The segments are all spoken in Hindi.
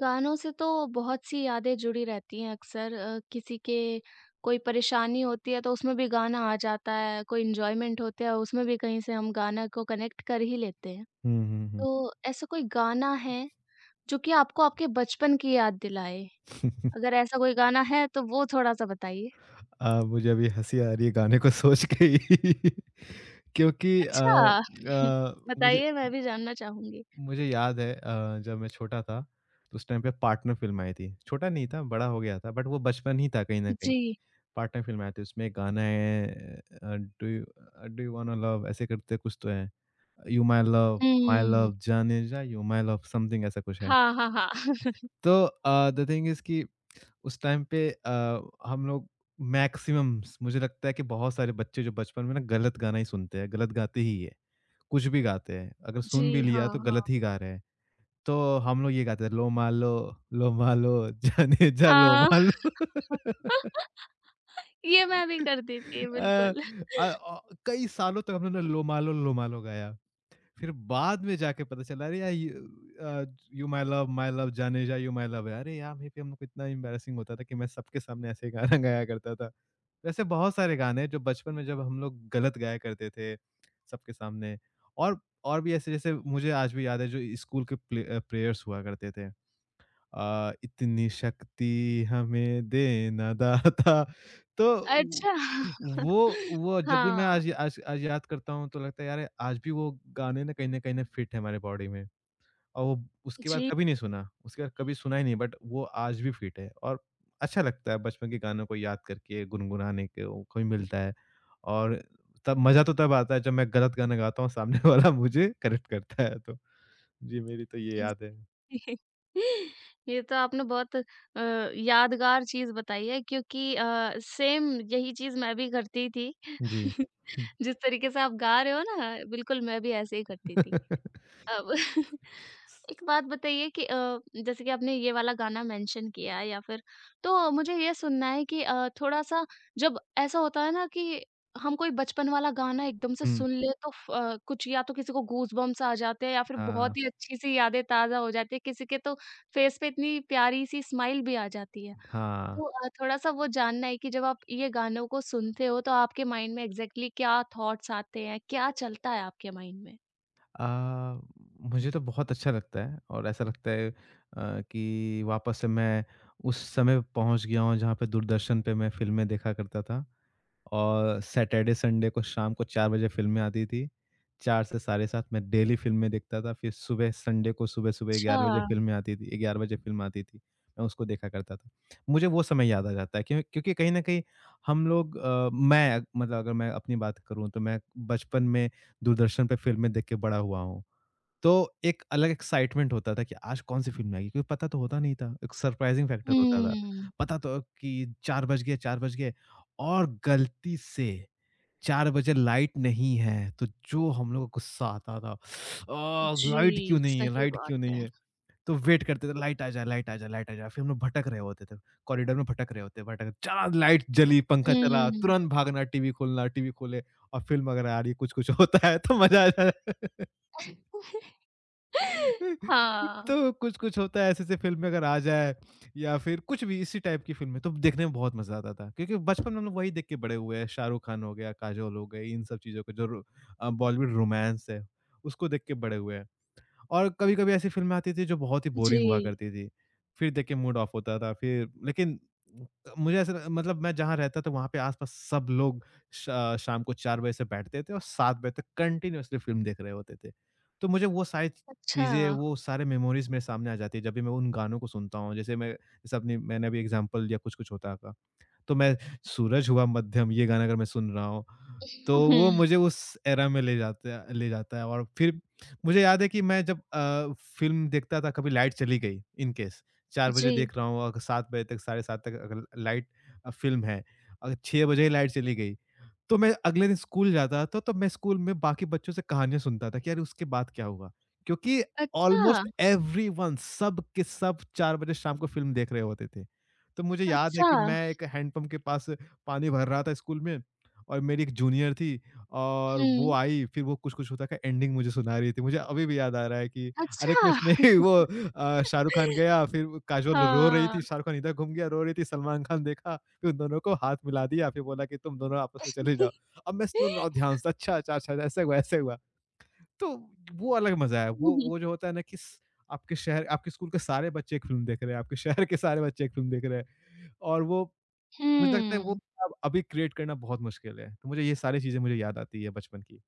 गानों से तो बहुत सी यादें जुड़ी रहती हैं अक्सर किसी के कोई परेशानी होती है तो उसमें भी गाना आ जाता है, कोई एन्जॉयमेंट होता है उसमें भी कहीं से हम गाना को कनेक्ट कर ही लेते हैं। हुँ, हुँ, हुँ। तो ऐसा कोई गाना है जो कि आपको आपके बचपन की याद दिलाए? अगर ऐसा कोई गाना है तो वो थोड़ा-सा बताइए। मुझे अभी हँसी आ रही है गाने को सोच के ही। क्योंकि अच्छा! मुझे बताइए मैं भी जानना चाहूँगी। मुझे याद है जब मैं छोटा था, तो उस टाइम पे पार्टनर फ़िल्म आई थी। छोटा नहीं था, बड़ा हो गया था बट वो बचपन ही था कहीं न कहीं। जी। पार्टनर फ़िल्म आई थी, उसमें एक गाना है, uh, do you wanna love, ऐसे करके कुछ तो है। You my hmm. लव जाने जा, यू माय लव समथिंग ऐसा कुछ है। हाँ, हाँ, हाँ। तो द थिंग इज़ कि उस टाइम पे हम लोग मैक्सिमम्स, मुझे लगता है कि बहुत सारे बच्चे जो बचपन में ना गलत गाना ही सुनते हैं, गलत गाते ही है। कुछ भी गाते हैं, अगर सुन भी जी, हाँ, लिया तो हाँ। गलत ही गा रहे हैं। तो हम लोग ये गाते थे, लो मालो, जाने जा लो हाँ, मालो। ये मैं भी करती थी अ, बिल्कुल। अ, औ कई सालों तक हमने ना लो मालो गाया। फिर बाद में जाके पता चला अरे यार, यू माय लव जानेजा यू माय लव है, अरे यार मे बी हम लोग को इतना एम्बैरेसिंग होता था कि मैं सबके सामने ऐसे गाना गाया करता था। वैसे बहुत सारे गाने हैं जो बचपन में जब हम लोग गलत गाया करते थे सबके सामने। और और भी ऐसे, जैसे मुझे आज भी याद है जो स्कूल के प्रेयर्स हुआ करते थे। इतनी शक्ति हमें देना दाता। तो व अच्छा। वो जब भी मैं हाँ, आज आज आज याद करता हूँ, तो लगता है यार आज भी वो गाने ना कहीं न फिट है हमारे बॉडी में। और वो उसके बाद जी, कभी नहीं सुना। उसके बाद कभी सुना ही नहीं बट वो आज भी फिट है और अच्छा लगता है बचपन के गानों को याद करके गुनगुनाने को मिलता है। और तब मज़ा तो तब आता है जब मैं गलत गाना गाता हूँ, सामने वाला मुझे करेक्ट करता है तो। जी, मेरी तो ये जी। याद है। ये तो आपने बहुत यादगार चीज़ बताई है क्योंकि सेम यही चीज़ मैं भी करती थी। जी। जिस तरीके से आप गा रहे हो ना, बिल्कुल मैं भी ऐसे ही करती थी। अब एक बात बताइए कि जैसे कि आपने ये वाला गाना मेंशन किया या फिर तो मुझे ये सुनना है कि थोड़ा-सा जब ऐसा होता है ना कि हम कोई बचपन वाला गाना एकदम से हुँ, सुन ले तो कुछ या तो किसी को गूज़बम्प्स आ जाते हैं या फिर हाँ, बहुत ही अच्छी-सी यादें ताज़ा हो जाती है, किसी के तो फेस पे इतनी प्यारी-सी स्माइल भी आ जाती है। हाँ। तो थोड़ा-सा वो जानना है कि जब आप ये गानों को सुनते हो तो आपके माइंड में एग्ज़ैक्टली क्या थॉट्स आते हैं? क्या चलता है आपके माइंड में? अ, मुझे तो बहुत अच्छा लगता है, और ऐसा लगता है कि वापस से मैं उस समय पहुँच गया हूँ जहाँ पे दूरदर्शन पे मैं फ़िल्में देखा करता था। और सैटरडे संडे को शाम को 4 बजे फ़िल्में आती थी। 4 से साढ़े 7 मैं डेली फ़िल्में देखता था। फिर सुबह संडे को सुबह-सुबह अच्छा। 11 बजे फ़िल्में आती थी, 11 बजे फ़िल्म आती थी, मैं उसको देखा करता था। मुझे वो समय याद आ जाता है, क्योंकि कहीं न कहीं हम लोग, मैं मतलब अगर मैं अपनी बात करूँ तो मैं बचपन में दूरदर्शन पे फ़िल्में देख के बड़ा हुआ हूँ। तो एक अलग एक्साइटमेंट होता था कि आज कौन सी फ़िल्म आएगी, क्योंकि पता तो होता नहीं था, एक सरप्राइज़िंग फैक्टर होता था। हुँ। पता तो कि 4 बज गए, 4 बज गए और गलती से 4 बजे लाइट नहीं है, तो जो हम लोग को गुस्सा आता था, "आह! लाइट जी, क्यों नहीं है, सही लाइट बात क्यों नहीं है। है?" तो वेट करते थे, "लाइट आ जाए, लाइट आ जाए, लाइट आ जाए।" फिर हम लोग भटक रहे होते थे, कॉरिडोर में भटक रहे होते, भटक चला, लाइट जली, पंखा चला, हुँ। तुरंत भागना, टीवी खोलना, टीवी खोले और फ़िल्म अगर आ रही है, कुछ-कुछ होता है तो मज़ा आ जाए। हाँ, तो कुछ-कुछ होता है ऐसे-ऐसे फ़िल्में अगर आ जाए, या फिर कुछ भी इसी टाइप की फ़िल्में तो देखने में बहुत मज़ा आता था। क्योंकि बचपन में हम लोग वही देख के बड़े हुए हैं, शाहरुख खान हो गया, काजोल हो गई, इन सब चीज़ों को जो बॉलीवुड रोमांस है, उसको देख के बड़े हुए हैं। और कभी-कभी ऐसी फ़िल्में आती थी जो बहुत ही बोरिंग हुआ जी। करती थी। फिर देख के मूड ऑफ होता था फिर, लेकिन मुझे ऐसा ल मतलब मैं जहाँ रहता था वहाँ पे आस-पास सब लोग शा शाम को 4 बजे से बैठते थे और 7 बजे तक कंटीन्यूअसली फ़िल्म देख रहे होते थे। तो मुझे वो सारी अच्छा। चीज़ें, वो सारे मेमोरीज़ मेरे सामने आ जाती है जब भी मैं उन गानों को सुनता हूँ। जैसे मैं जैसे अपनी, मैंने अभी एग्ज़ाम्पल दिया कुछ-कुछ होता का। तो मैं सूरज हुआ मध्यम, ये गाना अगर मैं सुन रहा हूँ, तो वो हुँ, मुझे उस एरा में ले जाता है, ले जाता है। और फिर मुझे याद है कि मैं जब फ़िल्म देखता था, कभी लाइट चली गई, इन केस 4 जी। बजे देख रहा हूँ और 7 बजे तक, 7:30 तक अगर लाइट, फ़िल्म है, अगर 6 बजे ही लाइट चली गई, तो मैं अगले दिन स्कूल जाता था, तो मैं स्कूल में बाकी बच्चों से कहानियाँ सुनता था कि यार उसके बाद क्या हुआ? क्योंकि अच्छा, ऑलमोस्ट एवरीवन, सब के सब 4 बजे शाम को फ़िल्म देख रहे होते थे। तो मुझे याद है अच्छा। कि मैं एक हैंडपंप के पास पानी भर रहा था स्कूल में, और मेरी एक जूनियर थी और वो हुँ, आई, फिर वो कुछ-कुछ होता का एंडिंग मुझे सुना रही थी। मुझे अभी भी याद आ रहा है कि अरे अच्छा। कुछ नहीं। वो शाहरुख खान गया, फिर काजोल रो रही हाँ। थी, शाहरुख खान इधर घूम गया, रो रही थी, सलमान खान देखा, कि उन दोनों को हाथ मिला दिया, फिर बोला कि तुम दोनों आपस में चले जाओ। अब मैं सुन रहा हूँ ध्यान से, अच्छा, अच्छा, अच्छा ऐसे हुआ, ऐसे हुआ। तो वो अलग मज़ा है। वो जो होता है ना, कि स आपके शहर, आपके स्कूल के सारे बच्चे एक फ़िल्म देख रहे हैं, आपके शहर के सारे बच्चे एक फ़िल्म देख रहे हैं, और वो मुझे लगता है वो हुँ, अब अभी क्रिएट करना बहुत मुश्किल है। तो मुझे ये सारी चीज़ें मुझे याद आती है बचपन की।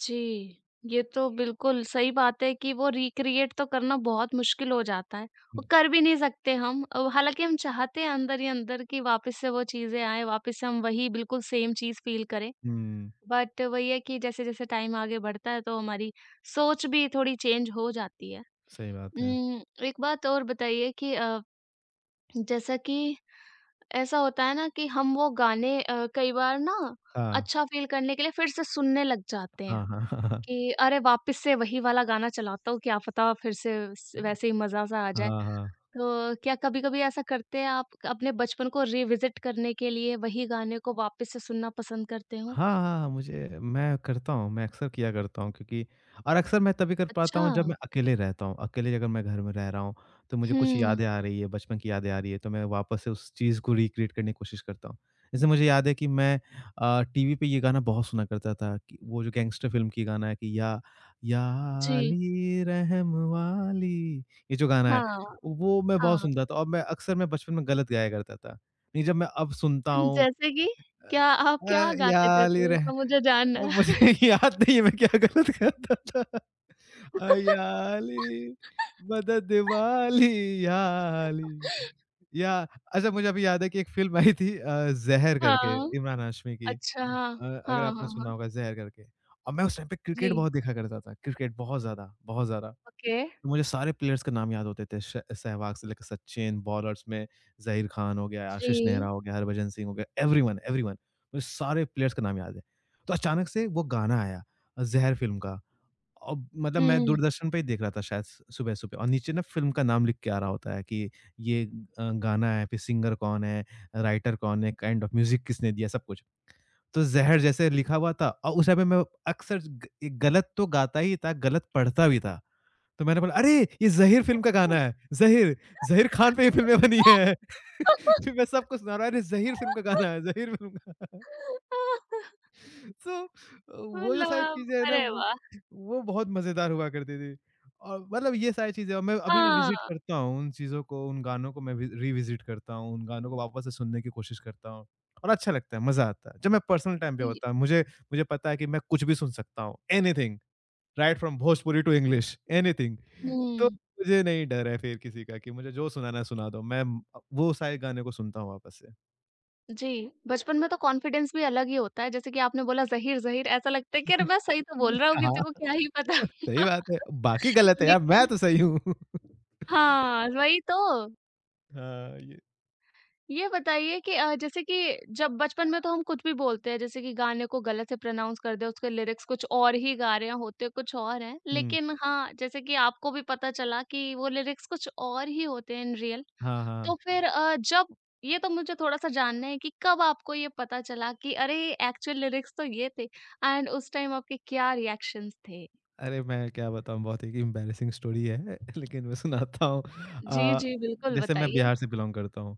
जी। ये तो बिल्कुल सही बात है कि वो रिक्रिएट तो करना बहुत मुश्किल हो जाता है और कर भी नहीं सकते हम। हालाँकि हम चाहते हैं अंदर ही अंदर कि वापस से वो चीज़ें आएँ, वापस से हम वही बिल्कुल सेम चीज़ फ़ील करें। हुँ, बट वही है कि जैसे-जैसे टाइम आगे बढ़ता है तो हमारी सोच भी थोड़ी चेंज हो जाती है। सही बात है। उम, एक बात और बताइए कि जैसा कि ऐसा होता है ना कि हम वो गाने कई बार ना हाँ। अच्छा फ़ील करने के लिए फिर से सुनने लग जाते हैं हाँ, हाँ, हाँ, हाँ, कि अरे वापस से वही वाला गाना चलाता हूँ, क्या पता फिर से स हाँ। वैसे ही मज़ा सा आ जाए। हाँ, हाँ। तो क्या कभी-कभी ऐसा करते हैं आप अपने बचपन को रिविज़िट करने के लिए वही गाने को वापस से सुनना पसंद करते हाँ, हो? हाँ, हाँ, हाँ, मुझे मैं करता हूँ, मैं अक्सर किया करता हूँ, क्योंकि और अक्सर मैं तभी कर पाता अच्छा। हूँ जब मैं अकेले रहता हूँ। अकेले अगर मैं घर में रह रहा हूँ, तो मुझे कुछ हुँ। यादें आ रही है, बचपन की यादें आ रही है, तो मैं वापस से उस चीज़ को रिक्रिएट करने की कोशिश करता हूँ। जैसे मुझे याद है कि मैं टीवी पे ये गाना बहुत सुना करता था, कि वो जो गैंगस्टर फ़िल्म की गाना है कि या जी। अली रहम वाली, ये जो गाना है, हाँ, वो मैं बहुत हाँ। सुनता था और मैं अक्सर, मैं बचपन में गलत गाया करता था। नहीं, जब मैं अब सुनता हूँ जैसे कि? क्या आप क्या गाते थे? याली रह, थोड़ा-सा मुझे जानना मुझे है। याद नहीं है मैं क्या गलत करता था। याली मदद वाली, याली या। अच्छा, मुझे अभी याद है कि एक फ़िल्म आई थी ज़हर करके, हाँ। इमरान हाशमी की। अच्छा, हाँ। अगर हाँ, आपने हाँ, हाँ। सुना होगा ज़हर करके, और मैं उस टाइम पे जी। क्रिकेट बहुत देखा करता था, क्रिकेट बहुत ज़्यादा, बहुत ज़्यादा। ओके। तो मुझे सारे प्लेयर्स के नाम याद होते थे। श सहवाग से लेकर सचिन, बॉलर्स में ज़हीर खान हो गया, आशीष जी। नेहरा हो गया, हरभजन सिंह हो गया, एवरीवन, एवरीवन। मुझे सारे प्लेयर्स का नाम याद है। तो अचानक से वो गाना आया, ज़हर फ़िल्म का। अब मतलब मैं हुँ। दूरदर्शन पे ही देख रहा था शायद, स सुबह-सुबह और नीचे ना फ़िल्म का नाम लिख के आ रहा होता है कि ये गाना है, फिर सिंगर कौन है, राइटर कौन है, काइंड ऑफ म्यूज़िक किसने दिया, सब कुछ। तो ज़हर जैसे लिखा हुआ था, और उस समय मैं अक्सर ग ये गलत तो गाता ही था, गलत पढ़ता भी था। तो मैंने बोला, "अरे! ये ज़हीर फ़िल्म का गाना है, ज़हीर, ज़हीर ख़ान पे ये फ़िल्में बनी हैं।" फिर मैं सबको सुना रहा, "अरे! ज़हीर फ़िल्म का गाना है, ज़हीर फ़िल्म का।" सो वो जो मतलब सारी आप चीज़ें हैं ना, अरे वो वाह! वो बहुत मज़ेदार हुआ करती थी। और मतलब ये सारी चीज़ें, और मैं अभी भी हाँ। विज़िट करता हूँ उन चीज़ों को, उन गानों को मैं वि रिविज़िट करता हूँ, उन गानों को वापस से सुनने की कोशिश करता हूँ और अच्छा लगता है, मज़ा आता है। जब मैं पर्सनल टाइम पे जी। होता है, मुझे मुझे पता है कि मैं कुछ भी सुन सकता हूँ, anything, right from Bhojpuri to English, anything. तो हुँ। मुझे नहीं डर है फिर किसी का कि मुझे जो सुनाना है सुना दो। मैं वो सारे गाने को सुनता हूँ वापस से। जी, बचपन में तो कॉन्फिडेंस भी अलग ही होता है। जैसे कि आपने बोला ज़हीर-ज़हीर ऐसा लगता है कि अरे मैं सही तो बोल रहा हूँ, किसी हाँ। को क्या ही पता। सही बात है। बाकी गलत है यार, मैं लेकिन तो सही हूँ। हाँ, वही तो। हाँ, ये ये बताइए कि जैसे कि जब बचपन में तो हम कुछ भी बोलते हैं, जैसे कि गाने को गलत से प्रोनाउंस कर दें, उसके लिरिक्स कुछ और ही गा रहे हैं, होते कुछ और हैं। हुँ। लेकिन हाँ, जैसे कि आपको भी पता चला कि वो लिरिक्स कुछ और ही होते हैं इन रियल। हाँ, तो हाँ। फिर जब ये तो मुझे थोड़ा-सा जानना है कि कब आपको ये पता चला कि अरे! एक्चुअल लिरिक्स तो ये थे एंड उस टाइम आपके क्या रिएक्शंस थे? अरे मैं क्या बताऊँ, बहुत एक एम्बैरेसिंग स्टोरी है लेकिन मैं सुनाता हूँ। जी, अ, जी, बिल्कुल जैसे मैं बताइए। बिहार से बिलॉन्ग करता हूँ,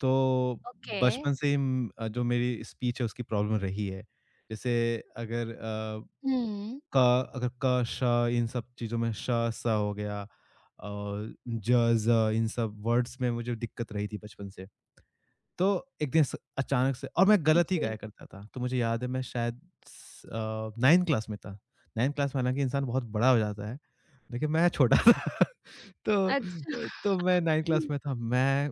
तो ओके। बचपन से ही जो मेरी स्पीच है उसकी प्रॉब्लम रही है। जैसे अगर अ हुँ। का, अगर का, श, इन सब चीज़ों में श, स हो गया, और ज, ज़, इन सब वर्ड्स में मुझे दिक्कत रही थी बचपन से। तो एक दिन स अचानक से, और मैं गलत ही जी। गाया करता था। तो मुझे याद है मैं शायद 9th क्लास में था। 9th क्लास में हालाँकि इंसान बहुत बड़ा हो जाता है, लेकिन मैं छोटा था। तो अच्छा। तो मैं 9th क्लास में था। मैं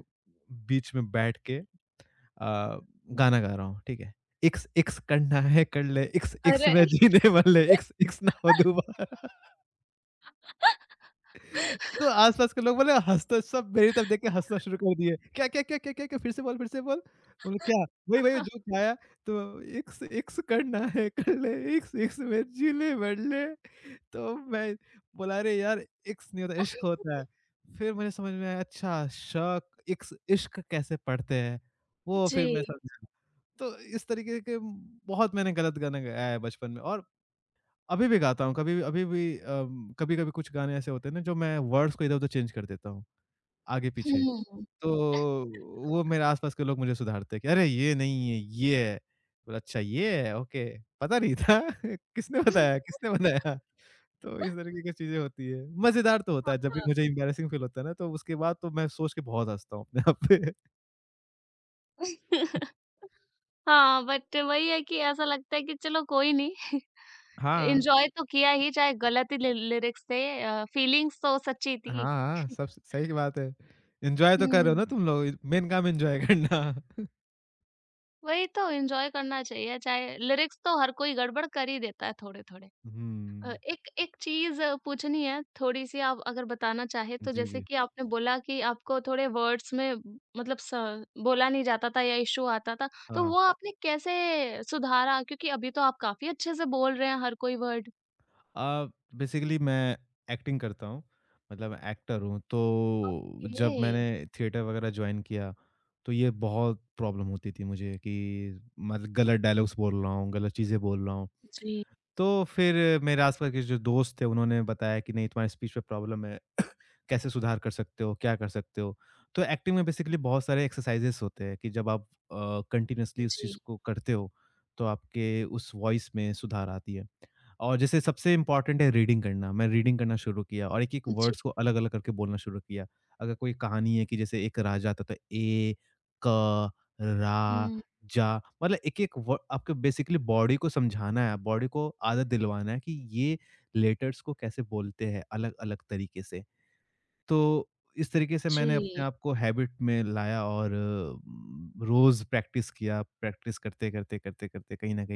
बीच में बैठ के अ, गाना गा रहा हूँ, ठीक है? इक्स इक्स करना है कर ले, इक्स इक्स अरे! में जीने वाले, इक्स इक्स ना हो दोबारा। तो आस-पास के लोग, बोले हँसते, सब मेरी तरफ देख के हँसना शुरू कर दिए। क्या क्या क्या क्या क्या क्या? फिर से बोल, फिर से बोल। बोले क्या? वही वही जो गाया। तो इक्स इक्स करना है कर ले, इक्स इक्स में जी ले मर ले। तो मैं बोला, अरे यार इक्स नहीं होता, इश्क होता है। फिर मुझे समझ में आया, अच्छा, शक, इक्स, इश्क कैसे पढ़ते हैं? वो जी। फिर मैं समझा। तो इस तरीके के बहुत मैंने गलत गाने गाया है बचपन में, और अभी भी गाता हूँ। कभी भी अभी भी, कभी-कभी कुछ गाने ऐसे होते हैं ना, जो मैं वर्ड्स को इधर-उधर चेंज कर देता हूँ, आगे-पीछे। हुँ। तो वो मेरे आस-पास के लोग मुझे सुधारते हैं कि अरे! ये नहीं है, ये है। बोला, अच्छा ये है, ओके। पता नहीं था किसने बताया, किसने बताया? तो इस तरीके की चीज़ें होती है। मज़ेदार तो होता है, जब भी हाँ। मुझे एम्बैरेसिंग फील होता है ना, तो उसके बाद तो मैं सोच के बहुत हँसता हूँ अपने आप पे। हाँ, बट वही है कि ऐसा लगता है कि चलो कोई नहीं, हाँ। एन्जॉय तो किया ही चाहे गलत ही लि लिरिक्स थे फीलिंग्स तो सच्ची हाँ, थी। हाँ, सब स सही की बात है। एन्जॉय तो कर रहे हो हुँ, ना तुम लोग, मेन काम एन्जॉय करना। वही तो एन्जॉय करना चाहिए, चाहे लिरिक्स तो हर कोई गड़बड़ कर ही देता है थोड़े-थोड़े। हुँ, एक एक चीज़ पूछनी है, थोड़ी-सी आप अगर बताना चाहें तो जी, जैसे जी। कि आपने बोला कि आपको थोड़े वर्ड्स में ब- मतलब स बोला नहीं जाता था या इश्यू आता था, हाँ, तो हाँ। वो आपने कैसे सुधारा? क्योंकि अभी तो आप काफ़ी अच्छे से बोल रहे हैं हर कोई वर्ड। अ, बेसिकली मैं एक्टिंग करता हूँ, मतलब एक्टर हूँ। तो ओके। जब मैंने थिएटर वगैरह जॉइन किया, तो ये बहुत प्रॉब्लम होती थी मुझे कि मतलब गलत डायलॉग्स बोल रहा हूँ, गलत चीज़ें बोल रहा हूँ। जी, तो फिर मेरे आस-पास के जो दोस्त थे, उन्होंने बताया कि नहीं, तुम्हारे स्पीच में प्रॉब्लम है, कैसे सुधार कर सकते हो, क्या कर सकते हो? तो एक्टिंग में बेसिकली बहुत सारे एक्सरसाइजेज़ होते हैं कि जब आप कंटीन्यूअसली उस चीज़ जी, को करते हो, तो आपके उस वॉइस में सुधार आती है। और जैसे सबसे इम्पोर्टेंट है रीडिंग करना। मैं रीडिंग करना शुरू किया, और एक-एक जी। वर्ड्स को अलग-अलग करके बोलना शुरू किया। अगर कोई कहानी है कि जैसे एक राजा था, तो ए, क, रा, हुँ। जा, मतलब एक-एक व आपको बेसिकली बॉडी को समझाना है, बॉडी को आदत दिलवाना है कि ये लेटर्स को कैसे बोलते हैं अलग-अलग तरीके से। तो इस तरीके से मैंने अपने जी। आप को हैबिट में लाया, और रोज़ प्रैक्टिस किया, प्रैक्टिस करते-करते, करते-करते कहीं न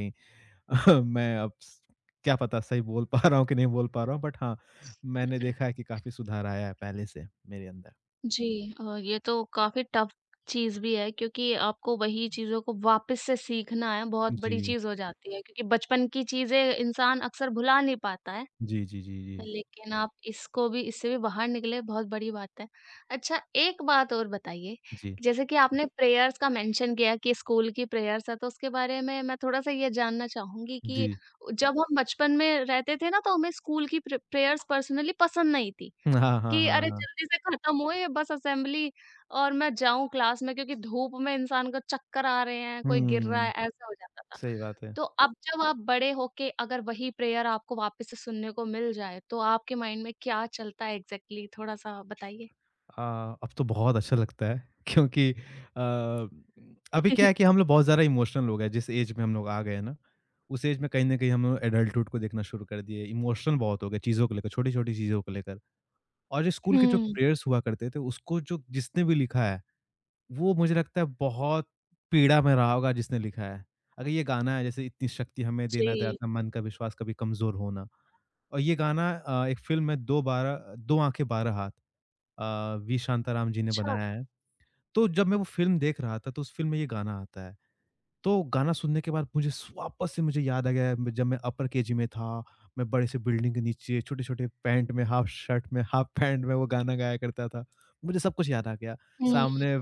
कहीं मैं अब स क्या पता सही बोल पा रहा हूँ कि नहीं बोल पा रहा हूँ, बट हाँ, मैंने देखा है कि काफ़ी सुधार आया है पहले से मेरे अंदर। जी, ये तो काफ़ी टफ चीज़ भी है क्योंकि आपको वही चीज़ों को वापस से सीखना है, बहुत बड़ी जी। चीज़ हो जाती है क्योंकि बचपन की चीज़ें इंसान अक्सर भुला नहीं पाता है। जी, जी, जी, जी। लेकिन आप इसको भी इससे भी बाहर निकले बहुत बड़ी बात है। अच्छा एक बात और बताइए, जी, कि जैसे कि आपने प्रेयर्स का मेंशन किया कि स्कूल की प्रेयर्स है, तो उसके बारे में मैं थोड़ा-सा ये जानना चाहूँगी कि जी। जब हम बचपन में रहते थे ना तो हमें स्कूल की प्रेयर्स पर्सनली पसंद नहीं थी, हाँ, हाँ, कि हाँ, अरे हाँ। जल्दी से खत्म होए बस असेंबली और मैं जाऊँ क्लास में क्योंकि धूप में इंसान को चक्कर आ रहे हैं, कोई गिर रहा है, हुँ, ऐसा हो जाता था। सही बात है। तो अब जब आप बड़े होके अगर वही प्रेयर आपको वापस से सुनने को मिल जाए, तो आपके माइंड में क्या चलता है एग्ज़ैक्टली थोड़ा-सा बताइए? अब तो बहुत अच्छा लगता है क्योंकि अभी क्या है कि हम लोग बहुत ज़्यादा इमोशनल हो गए। जिस एज में हम लोग आ गए हैं ना, उस एज में कहीं न कहीं हम लोग एडल्टहुड को देखना शुरू कर दिए, इमोशनल बहुत हो गए चीज़ों को लेकर, छोटी-छोटी चीज़ों को लेकर। और जो स्कूल के जो हुँ, प्रेयर्स हुआ करते थे, उसको जो जिसने भी लिखा है, वो मुझे लगता है बहुत पीड़ा में रहा होगा जिसने लिखा है। अगर ये गाना है जैसे, इतनी शक्ति हमें देना जी, दाता, मन का विश्वास कभी कमज़ोर होना। और ये गाना एक फ़िल्म है, दो आँखें बारह हाथ, वी शांताराम जी ने अच्छा। बनाया है। तो जब मैं वो फ़िल्म देख रहा था, तो उस फ़िल्म में ये गाना आता है। तो गाना सुनने के बाद मुझे स वापस से मुझे याद आ गया, म जब मैं अपर केजी में था, मैं बड़े से बिल्डिंग के नीचे, छोटे-छोटे पैंट में, हाफ शर्ट में, हाफ पैंट में वो गाना गाया करता था। मुझे सब कुछ याद आ गया। हुँ, सामने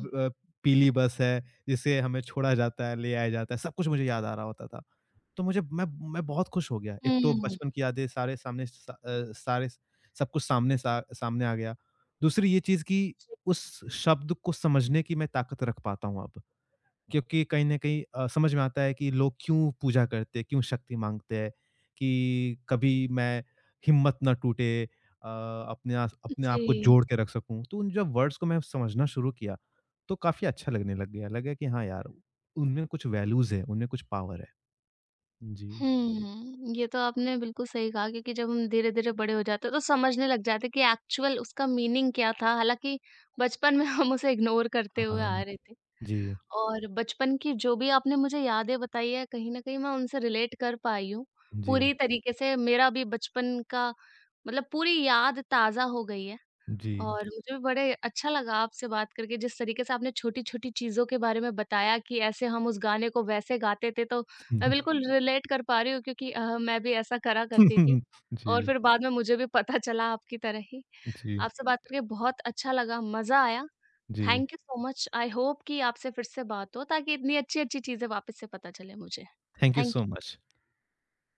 पीली बस है, जिसे हमें छोड़ा जाता है, ले आया जाता है, सब कुछ मुझे याद आ रहा होता था। तो मुझे मैं बहुत खुश हो गया। एक तो हुँ। बचपन की यादें, सारे सामने, सारे सब कुछ सामने सा सामने आ गया। दूसरी ये चीज़ कि उस शब्द को समझने की मैं ताकत रख पाता हूँ अब। क्योंकि कहीं न कहीं समझ में आता है कि लोग क्यों पूजा करते हैं, क्यों शक्ति माँगते हैं, कि कभी मैं हिम्मत ना टूटे, अपने आप को जी, जोड़ के रख सकूँ। तो उन जब वर्ड्स को मैं समझना शुरू किया, तो काफ़ी अच्छा लगने लग गया। लगा कि हाँ यार, उनमें कुछ वैल्यूज़ है, उनमें कुछ पावर है। जी। हुँ, ये तो आपने बिल्कुल सही कहा क्योंकि जब हम धीरे-धीरे बड़े हो जाते हैं, तो समझने लग जाते हैं कि एक्चुअल उसका मीनिंग क्या था, हालाँकि बचपन में हम उसे इग्नोर करते हुए आ हाँ। रहे थे। जी, और बचपन की जो भी आपने मुझे यादें बताई है, कहीं न कहीं मैं उनसे रिलेट कर पाई हूँ। जी, पूरी तरीके से मेरा भी बचपन का मतलब पूरी याद ताज़ा हो गई है जी। और मुझे भी बड़े अच्छा लगा आपसे बात करके, जिस तरीके से आपने छोटी-छोटी चीज़ों के बारे में बताया कि ऐसे हम उस गाने को वैसे गाते थे, तो मैं बिल्कुल रिलेट कर पा रही हूँ क्योंकि मैं भी ऐसा करा करती थी। और जी, फिर बाद में मुझे भी पता चला आपकी तरह ही। जी, आपसे बात करके बहुत अच्छा लगा, मज़ा आया। जी। Thank you so much. I hope कि आपसे फिर से बात हो ताकि इतनी अच्छी-अच्छी चीज़ें वापस से पता चले मुझे। Thank you so thank much.